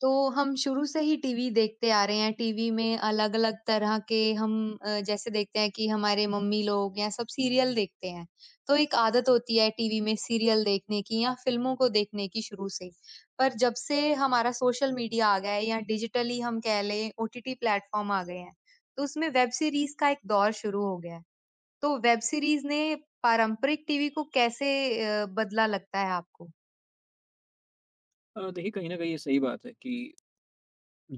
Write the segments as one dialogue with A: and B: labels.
A: तो हम शुरू से ही टीवी देखते आ रहे हैं। टीवी में अलग-अलग तरह के हम जैसे देखते हैं कि हमारे मम्मी लोग या सब सीरियल देखते हैं। तो एक आदत होती है टीवी में सीरियल देखने की या फ़िल्मों को देखने की शुरू से। पर जब से हमारा सोशल मीडिया आ गया है या डिजिटली हम कह लें ओटीटी प्लेटफ़ॉर्म आ गए हैं, तो उसमें वेब सीरीज़ का एक दौर शुरू हो गया है। तो वेब सीरीज़ ने पारंपरिक टीवी को कैसे बदला लगता है आपको?
B: देखिए, कहीं न कहीं ये सही बात है कि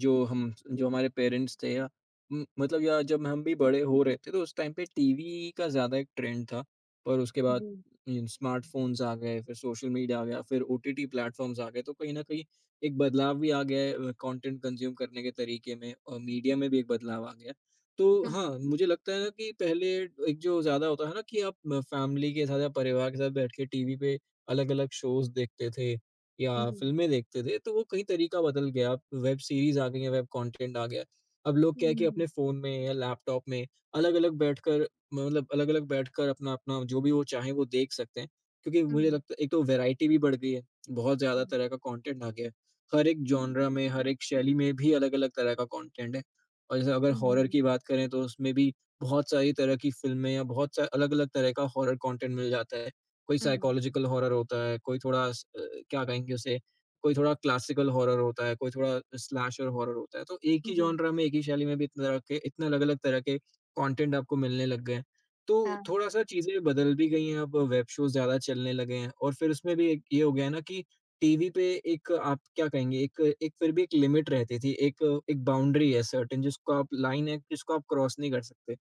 B: जो हम जो हमारे पेरेंट्स थे या मतलब, या जब हम भी बड़े हो रहे थे तो उस टाइम पे टीवी का ज़्यादा एक ट्रेंड था। पर उसके बाद
A: जी।
B: इन स्मार्टफ़ोन्स आ गए, फिर सोशल मीडिया आ गया, फिर ओटीटी प्लेटफ़ॉर्म्स आ गए, तो कहीं न कहीं एक बदलाव भी आ गया है कंटेंट कंज़्यूम करने के तरीके में, और मीडिया में भी एक बदलाव आ गया है। तो
A: हुँ।
B: हाँ, मुझे लगता है ना कि पहले एक जो ज़्यादा होता है ना कि आप फैमिली के साथ या परिवार के साथ बैठ के टीवी पे अलग-अलग शोज़ देखते थे। या
A: जी।
B: फ़िल्में देखते थे, तो वो कहीं तरीका बदल गया। अब वेब सीरीज़ आ गई है, वेब कंटेंट आ गया है। अब लोग
A: हुँ,
B: क्या है कि
A: हुँ, हुँ।
B: अपने फ़ोन में या लैपटॉप में अलग-अलग बैठकर, अपना-अपना जो भी वो चाहें वो देख सकते हैं। क्योंकि मुझे लगता है एक तो वैरायटी भी बढ़ गई है, बहुत ज़्यादा
A: हुँ।
B: तरह का कंटेंट आ गया है। हर एक जॉनरा में, हर एक शैली में भी अलग-अलग तरह का कंटेंट है। और जैसे अगर हॉरर
A: हुँ,
B: की बात करें तो उसमें भी बहुत सारी तरह की फ़िल्में या बहुत सा अलग-अलग तरह का हॉरर कंटेंट मिल जाता है। कोई
A: हुँ,
B: साइकोलॉजिकल हॉरर होता है, कोई थोड़ा क्या कहेंगे उसे, कोई थोड़ा क्लासिकल हॉरर होता है, कोई थोड़ा स्लैशर हॉरर होता है। तो एक ही
A: जी,
B: जॉनरा में, एक ही शैली में भी इतने तरह के, इतने अलग-अलग तरह के कंटेंट आपको मिलने लग गए हैं। तो
A: हाँ,
B: थोड़ा-सा चीज़ें बदल भी गई हैं, अब वेब शोज़ ज़्यादा चलने लगे हैं, और फिर उसमें भी एक ये हो गया है ना कि टीवी पे एक आप क्या कहेंगे, एक एक फिर भी एक लिमिट रहती थी, एक एक बाउंड्री है सर्टेन, जिसको आप लाइन है, जिसको आप क्रॉस नहीं कर सकते।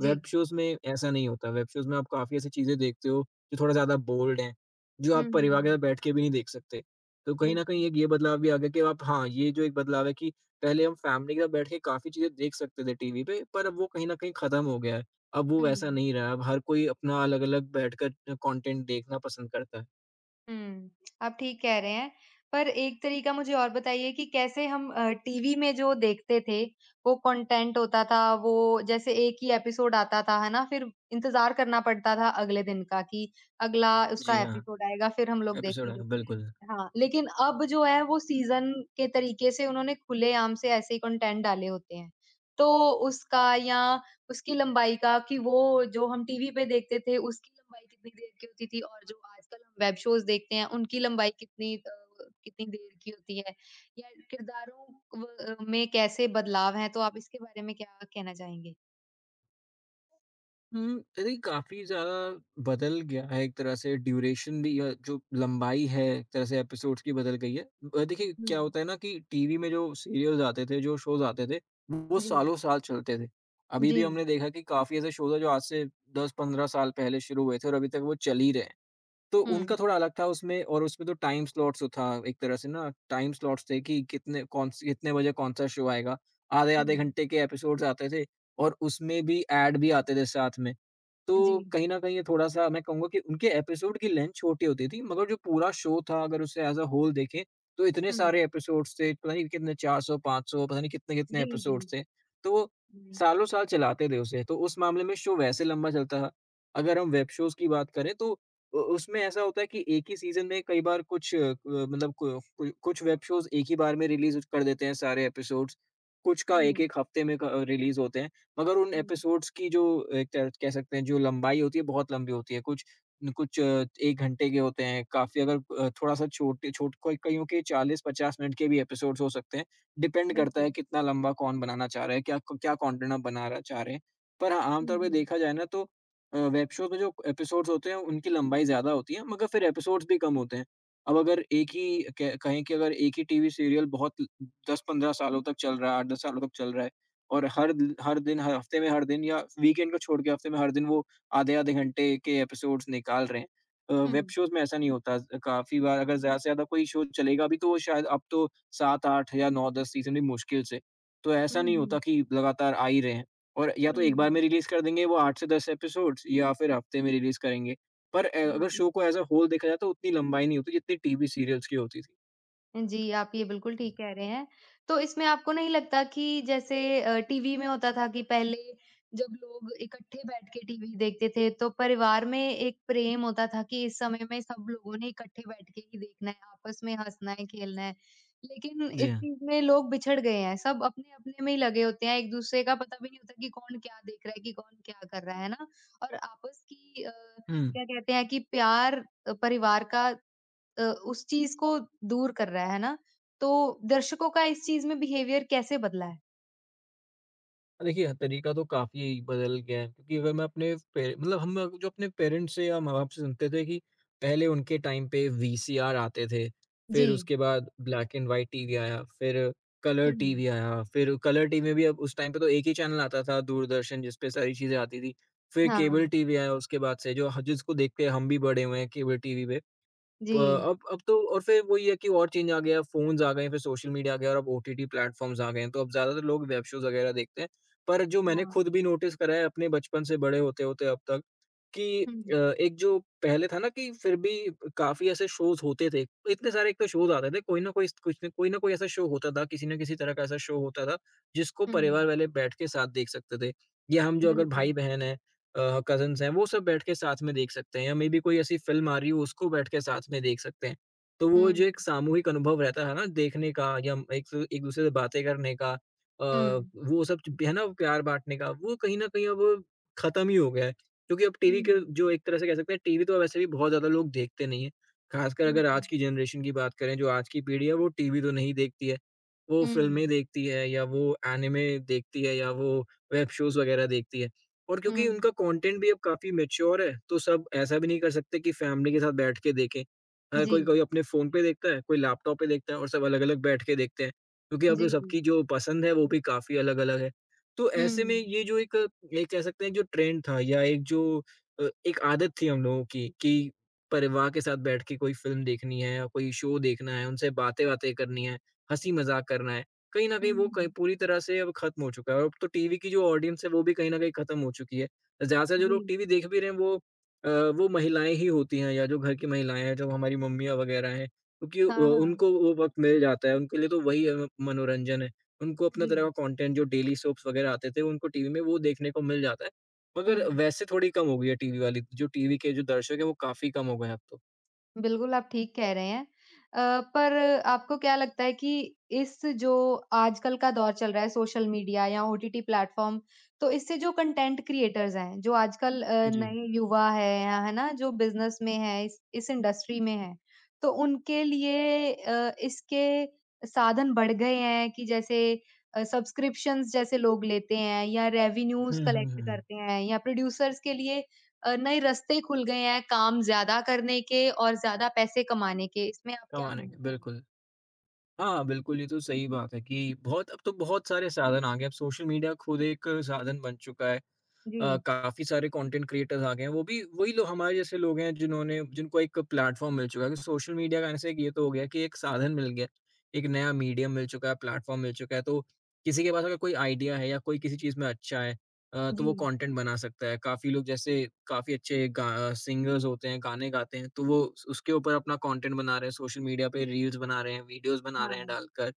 A: जी।
B: वेब शोज़ में ऐसा नहीं होता, वेब शोज़ में आप काफ़ी ऐसी चीज़ें देखते हो जो थोड़ा ज़्यादा बोल्ड हैं, जो
A: हुँ,
B: आप परिवार के
A: हुँ,
B: साथ बैठ के भी नहीं देख सकते। तो कहीं न कहीं
A: बिल्कुल।
B: एक ये बदलाव भी आ गया कि आप हाँ, ये जो एक बदलाव है कि पहले हम फैमिली के साथ बैठ के काफ़ी चीज़ें देख सकते थे टीवी पे, पर अब वो कहीं न कहीं ख़त्म हो गया है। अब वो वैसा
A: हुँ,
B: नहीं रहा, अब हर कोई अपना अलग-अलग बैठकर कंटेंट देखना पसंद करता है।
A: हुँ, आप ठीक कह रहे हैं। पर एक तरीका मुझे और बताइए कि कैसे हम टीवी में जो देखते थे, वो कंटेंट होता था, वो जैसे एक ही एपिसोड आता था, है ना? फिर इंतज़ार करना पड़ता था अगले दिन का कि अगला उसका
B: जी हाँ,
A: एपिसोड आएगा, फिर हम लोग
B: एपिसोड है,
A: देखेंगे।
B: बिल्कुल।
A: हाँ, लेकिन अब जो है वो सीज़न के तरीके से उन्होंने खुलेआम से ऐसे ही कंटेंट डाले होते हैं। तो उसका या उसकी लंबाई का कि वो जो हम टीवी पे देखते थे उसकी लंबाई कितनी देर की होती थी और जो आजकल हम वेब शोज़ देखते हैं उनकी लंबाई कितनी कितनी देर की होती है या किरदारों व में कैसे बदलाव हैं, तो आप इसके बारे में क्या कहना चाहेंगे?
B: अरे, काफ़ी ज़्यादा बदल गया है, एक तरह से ड्यूरेशन भी, या जो लंबाई है एक तरह से एपिसोड्स की बदल गई है। देखिए,
A: हुँ,
B: क्या होता है ना कि टीवी में जो सीरियल्स आते थे, जो शोज़ आते थे, वो
A: जी,
B: सालों-साल चलते थे। अभी भी हमने
A: जी,
B: देखा कि काफ़ी ऐसे शोज़ हैं जो आज से 10-15 साल पहले शुरू हुए थे और अभी तक वो चल ही रहे हैं। तो
A: हुँ,
B: उनका थोड़ा अलग था उसमें, और उसमें तो टाइम स्लॉट्स था एक तरह से, ना, टाइम स्लॉट्स थे कि कितने बजे कौन सा शो आएगा, आधे
A: हुँ,
B: आधे घंटे के एपिसोड्स आते थे, और उसमें भी ऐड भी आते थे साथ में। तो
A: जी,
B: कहीं ना कहीं ये थोड़ा सा मैं कहूंगा कि उनके एपिसोड की लेंथ छोटी होती थी, मगर जो पूरा शो था अगर उसे एज अ होल देखें, तो इतने
A: हुँ,
B: सारे एपिसोड्स थे, पता नहीं कितने, 400 500, पता नहीं कितने कितने
A: जी, जी,
B: एपिसोड्स थे। तो वो
A: हुँ,
B: सालों साल चलाते थे उसे, तो उस मामले में शो वैसे लंबा चलता था। अगर हम वेब शोज की बात करें तो उ उसमें ऐसा होता है कि एक ही सीज़न में कई बार कुछ मतलब, कु कु कुछ वेब शोज़ एक ही बार में रिलीज़ कर देते हैं सारे एपिसोड्स। कुछ का
A: हुँ,
B: 1-1 हफ्ते में क रिलीज़ होते हैं। मगर उन
A: हुँ,
B: एपिसोड्स की जो एक तरह से कह सकते हैं जो लंबाई होती है बहुत लंबी होती है। कुछ न कुछ 1 घंटे के होते हैं, काफ़ी अगर थोड़ा-सा छोटे छोट कोई, कईयों के 40-50 मिनट के भी एपिसोड्स हो सकते हैं। डिपेंड करता है
A: बिल्कुल।
B: कितना लंबा कौन बनाना चाह रहा है, क्या क्या कंटेंट आप बनाना चाह रहे हैं। पर हाँ,
A: हुँ,
B: आमतौर पे
A: हुँ।
B: देखा जाए ना तो वेब शो के जो एपिसोड्स होते हैं उनकी लंबाई ज़्यादा होती है, मगर फिर एपिसोड्स भी कम होते हैं। अब अगर एक ही क कहें कि अगर एक ही टीवी सीरियल बहुत 10-15 सालों तक चल रहा है, 8-10 सालों तक चल रहा है, और हर दिन, हर हफ्ते में हर दिन, या वीकेंड को छोड़ के हफ्ते में हर दिन वो आधे-आधे घंटे के एपिसोड्स निकाल रहे हैं। वेब
A: हुँ।
B: शोज़ में ऐसा नहीं होता, ज़ काफ़ी बार अगर ज़्यादा से ज़्यादा कोई शो चलेगा भी तो वो शायद अब तो 7-8 या 9-10 सीज़न भी मुश्किल से। तो
A: हुँ,
B: ऐसा नहीं
A: हुँ।
B: होता कि लगातार आ ही रहे हैं। और या तो एक बार
A: हुँ,
B: में रिलीज़ कर देंगे वो 8 से 10 एपिसोड्स या फिर हफ़्ते में रिलीज़ करेंगे। पर अगर
A: बिल्कुल।
B: शो को एज़ अ होल देखा जाए तो उतनी लंबाई नहीं होती जितनी टीवी सीरियल्स की होती थी।
A: जी, आप ये बिल्कुल ठीक कह रहे हैं। तो इसमें आपको नहीं लगता कि जैसे टीवी में होता था कि पहले जब लोग इकट्ठे बैठ के टीवी देखते थे, तो परिवार में एक प्रेम होता था कि इस समय में सब लोगों ने इकट्ठे बैठ के ही देखना है, आपस में हँसना है, खेलना है। लेकिन
B: जी
A: इस
B: हाँ।
A: चीज़ में लोग बिछड़ गए हैं, सब अपने-अपने में ही लगे होते हैं, एक-दूसरे का पता भी नहीं होता कि कौन क्या देख रहा है, कि कौन क्या कर रहा है ना? और आपस की
B: हुँ।
A: क्या कहते हैं कि प्यार परिवार का अ, उस चीज़ को दूर कर रहा है ना? तो दर्शकों का इस चीज़ में बिहेवियर कैसे बदला है?
B: हाँ, देखिए, तरीका तो काफ़ी बदल गया है, क्योंकि अगर मैं अपने पे मतलब हम अग जो अपने पेरेंट्स से या माँ-बाप से सुनते थे कि पहले उनके टाइम पे वीसीआर आते थे,
A: जी।
B: फिर उसके बाद ब्लैक एंड व्हाइट टीवी आया, फिर कलर
A: हुँ।
B: टीवी आया, फिर कलर टीवी में भी, अब उस टाइम पे तो एक ही चैनल आता था, दूरदर्शन, जिस पे सारी चीज़ें आती थी। फिर केबल
A: हाँ।
B: टीवी आया, उसके बाद से जो ह जिसको देख के हम भी बड़े हुए हैं केबल टीवी पे। प
A: जी।
B: अब तो और फिर वही है कि और चेंज आ गया, फ़ोन्स आ गए हैं, फिर सोशल मीडिया आ गया, और अब ओटीटी प्लेटफ़ॉर्म्स आ गए हैं, तो अब ज़्यादातर लोग वेब शोज़ वगैरह देखते हैं। पर जो मैंने
A: हाँ।
B: खुद भी नोटिस करा है अपने बचपन से बड़े होते-होते अब तक, कि
A: हुँ,
B: एक जो पहले था ना कि फिर भी काफ़ी ऐसे शोज़ होते थे। इतने सारे, एक तो शोज़ आते थे, कोई ना कोई कुछ न कोई ना कोई ऐसा शो होता था, किसी न किसी तरह का ऐसा शो होता था, जिसको
A: हुँ।
B: परिवार वाले बैठ के साथ देख सकते थे। या हम जो अगर
A: बिल्कुल।
B: भाई-बहन हैं, कज़िन्स हैं, वो सब बैठ के साथ में देख सकते हैं, या मेबी कोई ऐसी फ़िल्म आ रही हो, उसको बैठ के साथ में देख सकते हैं। तो वो
A: हुँ,
B: जो एक सामूहिक अनुभव रहता है ना देखने का, या एक स एक-दूसरे से बातें करने का,
A: हुँ,
B: वो सब जो है ना प्यार बाँटने का, वो कहीं न कहीं अब ख़त्म ही हो गया है। क्योंकि अब टीवी
A: हुँ।
B: के जो एक तरह से कह सकते हैं, टीवी तो अब वैसे भी बहुत ज़्यादा लोग देखते नहीं हैं। ख़ासकर अगर
A: बिल्कुल।
B: आज की जनरेशन की बात करें, जो आज की पीढ़ी है वो टीवी तो नहीं देखती है। वो
A: हुँ,
B: फ़िल्में देखती है, या वो एनिमे देखती है, या वो वेब शोज़ वग़ैरह देखती है। और
A: हुँ।
B: क्योंकि उनका कंटेंट भी अब काफ़ी मैच्योर है, तो सब ऐसा भी नहीं कर सकते कि फैमिली के साथ बैठ के देखें।
A: जी,
B: कोई कोई अपने फ़ोन पे देखता है, कोई लैपटॉप पे देखता है और सब अलग-अलग बैठ के देखते हैं, क्योंकि अब तो
A: जी, जी।
B: सबकी जो पसंद है वो भी काफ़ी अलग-अलग है। तो ऐसे में
A: हुँ,
B: ये जो एक, ये कह सकते हैं जो ट्रेंड था, या एक जो एक आदत थी हम लोगों की, कि परिवार के साथ बैठ के कोई फ़िल्म देखनी है, या कोई शो देखना है, उनसे बातें-वातें करनी है, हँसी-मज़ाक करना है। कहीं न
A: हुँ,
B: कहीं वो कहीं
A: हुँ।
B: पूरी तरह से अब खत्म हो चुका है, और अब तो टीवी की जो ऑडियंस है वो भी कहीं न कहीं खत्म हो चुकी है। ज़्यादा से जो
A: जी।
B: लोग टीवी देख भी रहे हैं वो वो महिलाएँ ही होती हैं, या जो घर की महिलाएँ हैं, जो हमारी मम्मियाँ वगैरह हैं, क्योंकि
A: हाँ, हाँ।
B: उनको वो वक़्त मिल जाता है, उनके लिए तो वही मनोरंजन है। उनको अपना
A: जी।
B: तरह का कंटेंट जो डेली सोप्स वगैरह आते थे, उनको टीवी में वो देखने को मिल जाता है। मगर
A: हुँ।
B: वैसे थोड़ी कम हो गई है टीवी वाली, जो टीवी के जो दर्शक हैं वो काफ़ी कम हो गए हैं अब तो।
A: बिल्कुल, आप ठीक कह रहे हैं। पर आपको क्या लगता है कि इस जो आजकल का दौर चल रहा है सोशल मीडिया या ओटीटी प्लेटफ़ॉर्म, तो इससे जो कंटेंट क्रिएटर्स हैं, जो आजकल
B: जी।
A: नए युवा हैं या है ना, जो बिज़नेस में हैं, इस इंडस्ट्री में हैं, तो उनके लिए इसके साधन बढ़ गए हैं कि जैसे सब्सक्रिप्शंस जैसे लोग लेते हैं या रेवेन्यूज़
B: हुँ, हुँ,
A: कलेक्ट
B: हुँ।
A: करते हैं या प्रोड्यूसर्स के लिए नए रास्ते खुल गए हैं काम ज़्यादा करने के और ज़्यादा पैसे कमाने के। इसमें आप
B: कम
A: क्या
B: आने
A: कहना
B: के
A: चाहेंगे?
B: बिल्कुल। हाँ, बिल्कुल, ये तो सही बात है कि बहुत, अब तो बहुत सारे साधन आ गए, अब सोशल मीडिया खुद एक साधन बन चुका है।
A: जी,
B: काफ़ी सारे कंटेंट क्रिएटर्स आ गए हैं, वो भी वही लोग हमारे जैसे लोग हैं जिन्होंने जिनको एक प्लेटफ़ॉर्म मिल चुका है कि सोशल मीडिया का, ऐसे एक ये तो हो गया कि एक साधन मिल गया, एक नया मीडियम मिल चुका है, प्लेटफ़ॉर्म मिल चुका है, तो किसी के पास अगर कोई आइडिया है या कोई किसी चीज़ में अच्छा है, तो
A: जी,
B: वो कंटेंट बना सकता है। काफ़ी लोग जैसे काफ़ी अच्छे गा सिंगर्स होते हैं, गाने गाते हैं, तो वो उस उसके ऊपर अपना कंटेंट बना रहे हैं, सोशल मीडिया पे रील्स बना रहे हैं, वीडियोज़ बना रहे हैं
A: हाँ।
B: डालकर।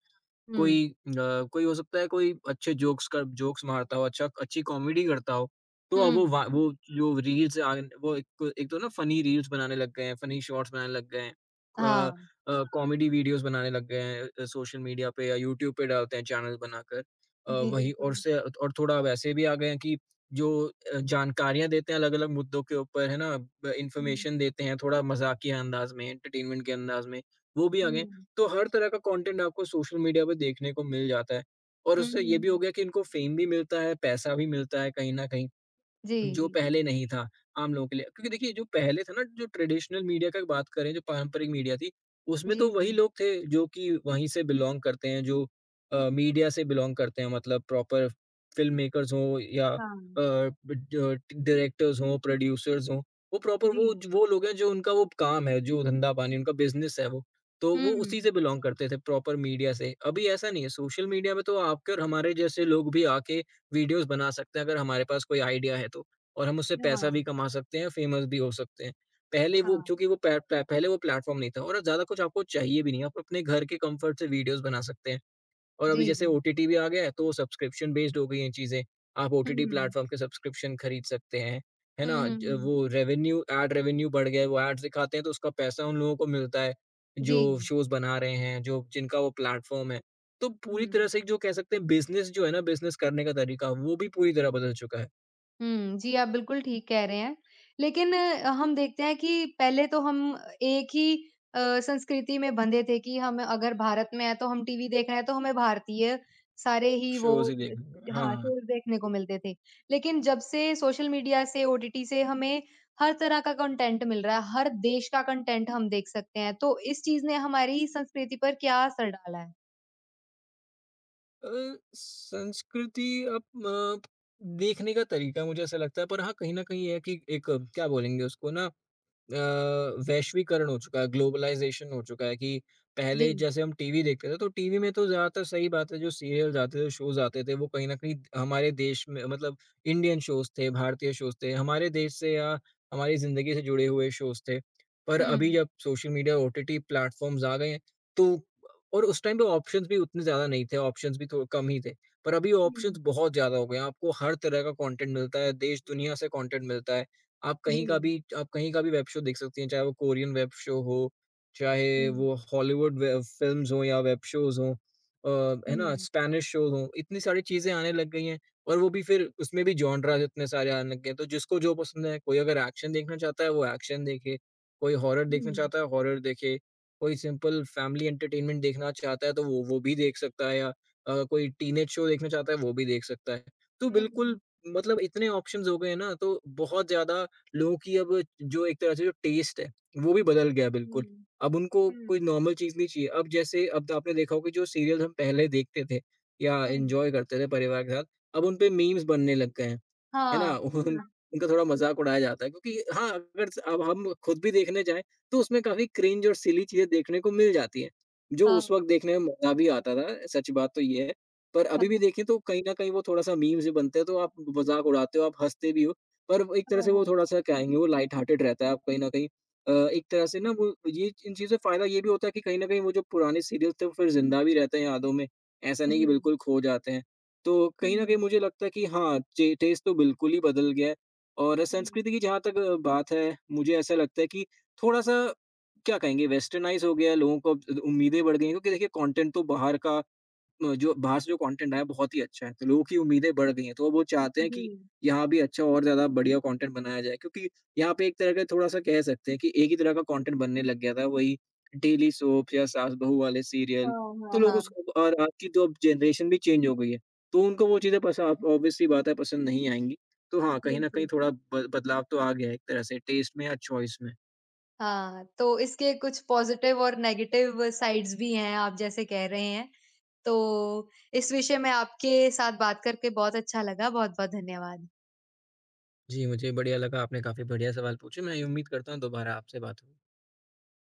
A: हुँ,
B: कोई कोई हो सकता है कोई अच्छे जोक्स मारता हो, अच्छी कॉमेडी करता हो, तो अब
A: हुँ,
B: वो जो रील्स आन वो एक एक तो ना फ़नी रील्स बनाने लग गए हैं, फ़नी शॉट्स बनाने लग गए हैं। अ
A: हाँ।
B: कॉमेडी वीडियोज़ बनाने लग गए हैं, सोशल मीडिया पे या यूट्यूब पे डालते हैं चैनल बनाकर।
A: जी,
B: वही और
A: बिल्कुल।
B: से और थोड़ा वैसे भी आ गए हैं कि जो जानकारियाँ देते हैं अलग-अलग मुद्दों के ऊपर, है ना? ब
A: हुँ,
B: इन्फॉर्मेशन देते हैं थोड़ा मज़ाकिया अंदाज़ में, एंटरटेनमेंट के अंदाज़ में, वो भी आ गए हैं।
A: हुँ,
B: तो हर तरह का कंटेंट आपको सोशल मीडिया पे देखने को मिल जाता है और उससे ये भी हो
A: हुँ।
B: गया कि इनको फेम भी मिलता है, पैसा भी मिलता है कहीं न कहीं।
A: जी,
B: जो
A: जी, जी।
B: पहले नहीं था आम लोगों के लिए। क्योंकि देखिए जो पहले था ना जो ट्रेडिशनल मीडिया का बात करें जो पारंपरिक मीडिया थी, उसमें
A: जी,
B: तो
A: जी,
B: वही लोग थे जो कि वहीं से बिलॉन्ग करते हैं जो मीडिया से बिलॉन्ग करते हैं मतलब प्रॉपर फ़िल्म मेकर्स हों या
A: हाँ,
B: ड डायरेक्टर्स हों, प्रोड्यूसर्स हों,
A: जी।
B: वो लोग हैं जो उनका वो काम है, जो धंधा-पानी उनका बिज़नेस है वो। तो वो
A: हुँ,
B: उसी से बिलॉन्ग करते थे प्रॉपर मीडिया से। अभी ऐसा नहीं है, सोशल मीडिया में तो आपके और हमारे जैसे लोग भी आके वीडियोज़ बना सकते हैं अगर हमारे पास कोई आइडिया है तो। और हम उससे पैसा
A: हाँ,
B: भी कमा सकते हैं, फेमस भी हो सकते हैं। पहले वो
A: हाँ।
B: क्योंकि वो पै पै पहले वो प्लेटफ़ॉर्म नहीं था और ज़्यादा कुछ आपको चाहिए भी नहीं। आप अपने घर के कम्फ़र्ट से वीडियोज़ बना सकते हैं। और अभी
A: जी,
B: जैसे
A: जी।
B: ओटीटी भी आ गया है, तो सब्सक्रिप्शन बेस्ड हो गई हैं चीज़ें। आप ओटीटी
A: हुँ,
B: प्लेटफ़ॉर्म के सब्सक्रिप्शन खरीद सकते हैं, है
A: हुँ,
B: ना?
A: हुँ,
B: ज
A: हुँ।
B: वो रेवेन्यू एड रेवेन्यू बढ़ गया है, वो एड्स दिखाते हैं तो उसका पैसा उन लोगों को मिलता है,
A: जी,
B: जो शोज़ बना रहे हैं, जो जिनका वो प्लेटफ़ॉर्म है। तो पूरी
A: हुँ।
B: तरह से एक जो कह सकते हैं बिज़नेस जो है ना, बिज़नेस करने का तरीका, वो भी पूरी तरह बदल चुका है।
A: हुँ, जी, आप बिल्कुल ठीक कह रहे हैं। लेकिन हम देखते हैं कि पहले तो हम एक ही संस्कृति में बँधे थे कि हम अगर भारत में हैं, तो हम टीवी देख रहे हैं, तो हमें भारतीय सारे ही वो
B: शोज़ ही
A: द
B: देखने,
A: हाँ,
B: हाँ।
A: शोज़ देखने को मिलते थे। लेकिन जब से सोशल मीडिया से, ओटीटी से हमें हर तरह का कंटेंट मिल रहा है, हर देश का कंटेंट हम देख सकते हैं, तो इस चीज़ ने हमारी संस्कृति पर क्या असर डाला है?
B: अ, संस्कृति अब म देखने का तरीका मुझे ऐसा लगता है पर हाँ, कहीं न कहीं ये है कि एक क्या बोलेंगे उसको ना, अ, वैश्वीकरण हो चुका है, ग्लोबलाइज़ेशन हो चुका है कि
A: जी।
B: पहले जैसे हम टीवी देखते थे, तो टीवी में तो ज़्यादातर सही बात है जो सीरियल्स आते थे, शोज़ आते थे, वो कहीं न कहीं हमारे देश में मतलब इंडियन शोज़ थे, भारतीय शोज़ थे, हमारे देश से या हमारी ज़िंदगी से जुड़े हुए शोज़ थे। पर
A: हुँ।
B: अभी जब सोशल मीडिया, ओटीटी प्लेटफ़ॉर्म्स आ गए हैं, तो और उस टाइम पे ऑप्शंस भी उतने ज़्यादा नहीं थे, ऑप्शंस भी थो कम ही थे। पर अभी
A: हुँ।
B: ऑप्शंस बहुत ज़्यादा हो गए हैं, आपको हर तरह का कंटेंट मिलता है, देश-दुनिया से कंटेंट मिलता है।
A: जी।
B: आप कहीं का भी वेब शो देख सकती हैं, चाहे वो कोरियन वेब शो हो, चाहे
A: हुँ।
B: वो हॉलीवुड वे फ़िल्म्स हों या वेब शोज़ हों, है ना?
A: हुँ।
B: स्पेनिश शोज़ हों, इतनी सारी चीज़ें आने लग गई हैं और वो भी फिर उसमें भी जॉनरास इतने सारे आने लग गए हैं, तो जिसको जो पसंद है, कोई अगर एक्शन देखना चाहता है, वो एक्शन देखे, कोई हॉरर देखना
A: हुँ।
B: चाहता है, हॉरर देखे, कोई सिंपल फैमिली एंटरटेनमेंट देखना चाहता है, तो वो भी देख सकता है या कोई टीनेज शो देखना चाहता है, वो भी देख सकता है। तो बिल्कुल
A: हुँ।
B: मतलब इतने ऑप्शंस हो गए हैं ना, तो बहुत ज़्यादा लोगों की अब जो एक तरह से जो टेस्ट है, वो भी बदल गया है बिल्कुल।
A: हुँ।
B: अब उनको कोई
A: हुँ।
B: नॉर्मल चीज़ नहीं चाहिए। अब जैसे अब तो आपने देखा होगा कि जो सीरियल हम पहले देखते थे या
A: हुँ,
B: एन्जॉय करते थे परिवार के साथ, अब उन पे मीम्स बनने लग गए हैं। है ना?
A: हाँ।
B: उन
A: हाँ।
B: उनका थोड़ा मज़ाक उड़ाया जाता है क्योंकि हाँ, अगर स अब हम खुद भी देखने जाएँ, तो उसमें काफ़ी क्रिंज और सिली चीज़ें देखने को मिल जाती हैं, जो
A: हाँ,
B: उस वक़्त देखने में मज़ा भी आता था, सच बात तो ये है। पर
A: हाँ,
B: अभी भी देखें तो कहीं न कहीं वो थोड़ा-सा मीम्स भी बनते हैं, तो आप मज़ाक उड़ाते हो, आप हँसते भी हो, पर वो एक तरह
A: हाँ,
B: से वो
A: हाँ।
B: थोड़ा-सा कहेंगे वो लाइट हार्टेड रहता है, आप कहीं न कहीं एक तरह से ना वो ये इन चीज़ों से फ़ायदा ये भी होता है कि कहीं न कहीं वो जो पुराने सीरियल्स थे, वो फिर ज़िंदा भी रहते हैं यादों में, ऐसा
A: जी।
B: नहीं कि बिल्कुल खो जाते हैं। तो कहीं न कहीं
A: हुँ,
B: मुझे लगता है कि हाँ, चे टेस्ट तो बिल्कुल ही बदल गया है और
A: हुँ,
B: संस्कृति की जहाँ तक बात है, मुझे ऐसा लगता है कि थोड़ा-सा क्या कहेंगे वेस्टर्नाइज़ हो गया है, लोगों को अब उम्मीदें बढ़ गई हैं क्योंकि देखिए कंटेंट तो बाहर का म जो बाहर से जो कंटेंट आया बहुत ही अच्छा है, तो लोगों की उम्मीदें बढ़ गई हैं, तो अब वो चाहते हैं
A: जी।
B: कि यहाँ भी अच्छा और ज़्यादा बढ़िया कंटेंट बनाया जाए क्योंकि यहाँ पे एक तरह का थोड़ा-सा कह सकते हैं कि एक ही तरह का कंटेंट बनने लग गया था, वही डेली सोप्स या सास-बहू वाले
A: हाँ,
B: सीरियल,
A: हाँ,
B: तो लोग
A: हाँ।
B: उसको और आज की जो अब जनरेशन भी चेंज हो गई है, तो उनको वो चीज़ें पस ऑब्वियस सी बात है पसंद नहीं आएँगी। तो हाँ, कहीं न
A: बिल्कुल।
B: कहीं थोड़ा ब बदलाव तो आ गया है एक तरह से टेस्ट में या चॉइस में।
A: हाँ, तो इसके कुछ पॉज़िटिव और नेगेटिव साइड्स भी हैं आप जैसे कह रहे हैं। तो इस विषय में आपके साथ बात करके बहुत अच्छा लगा। बहुत-बहुत धन्यवाद।
B: जी, मुझे बढ़िया लगा, आपने काफ़ी बढ़िया सवाल पूछे। मैं ये उम्मीद करता हूँ दोबारा आपसे बात हो।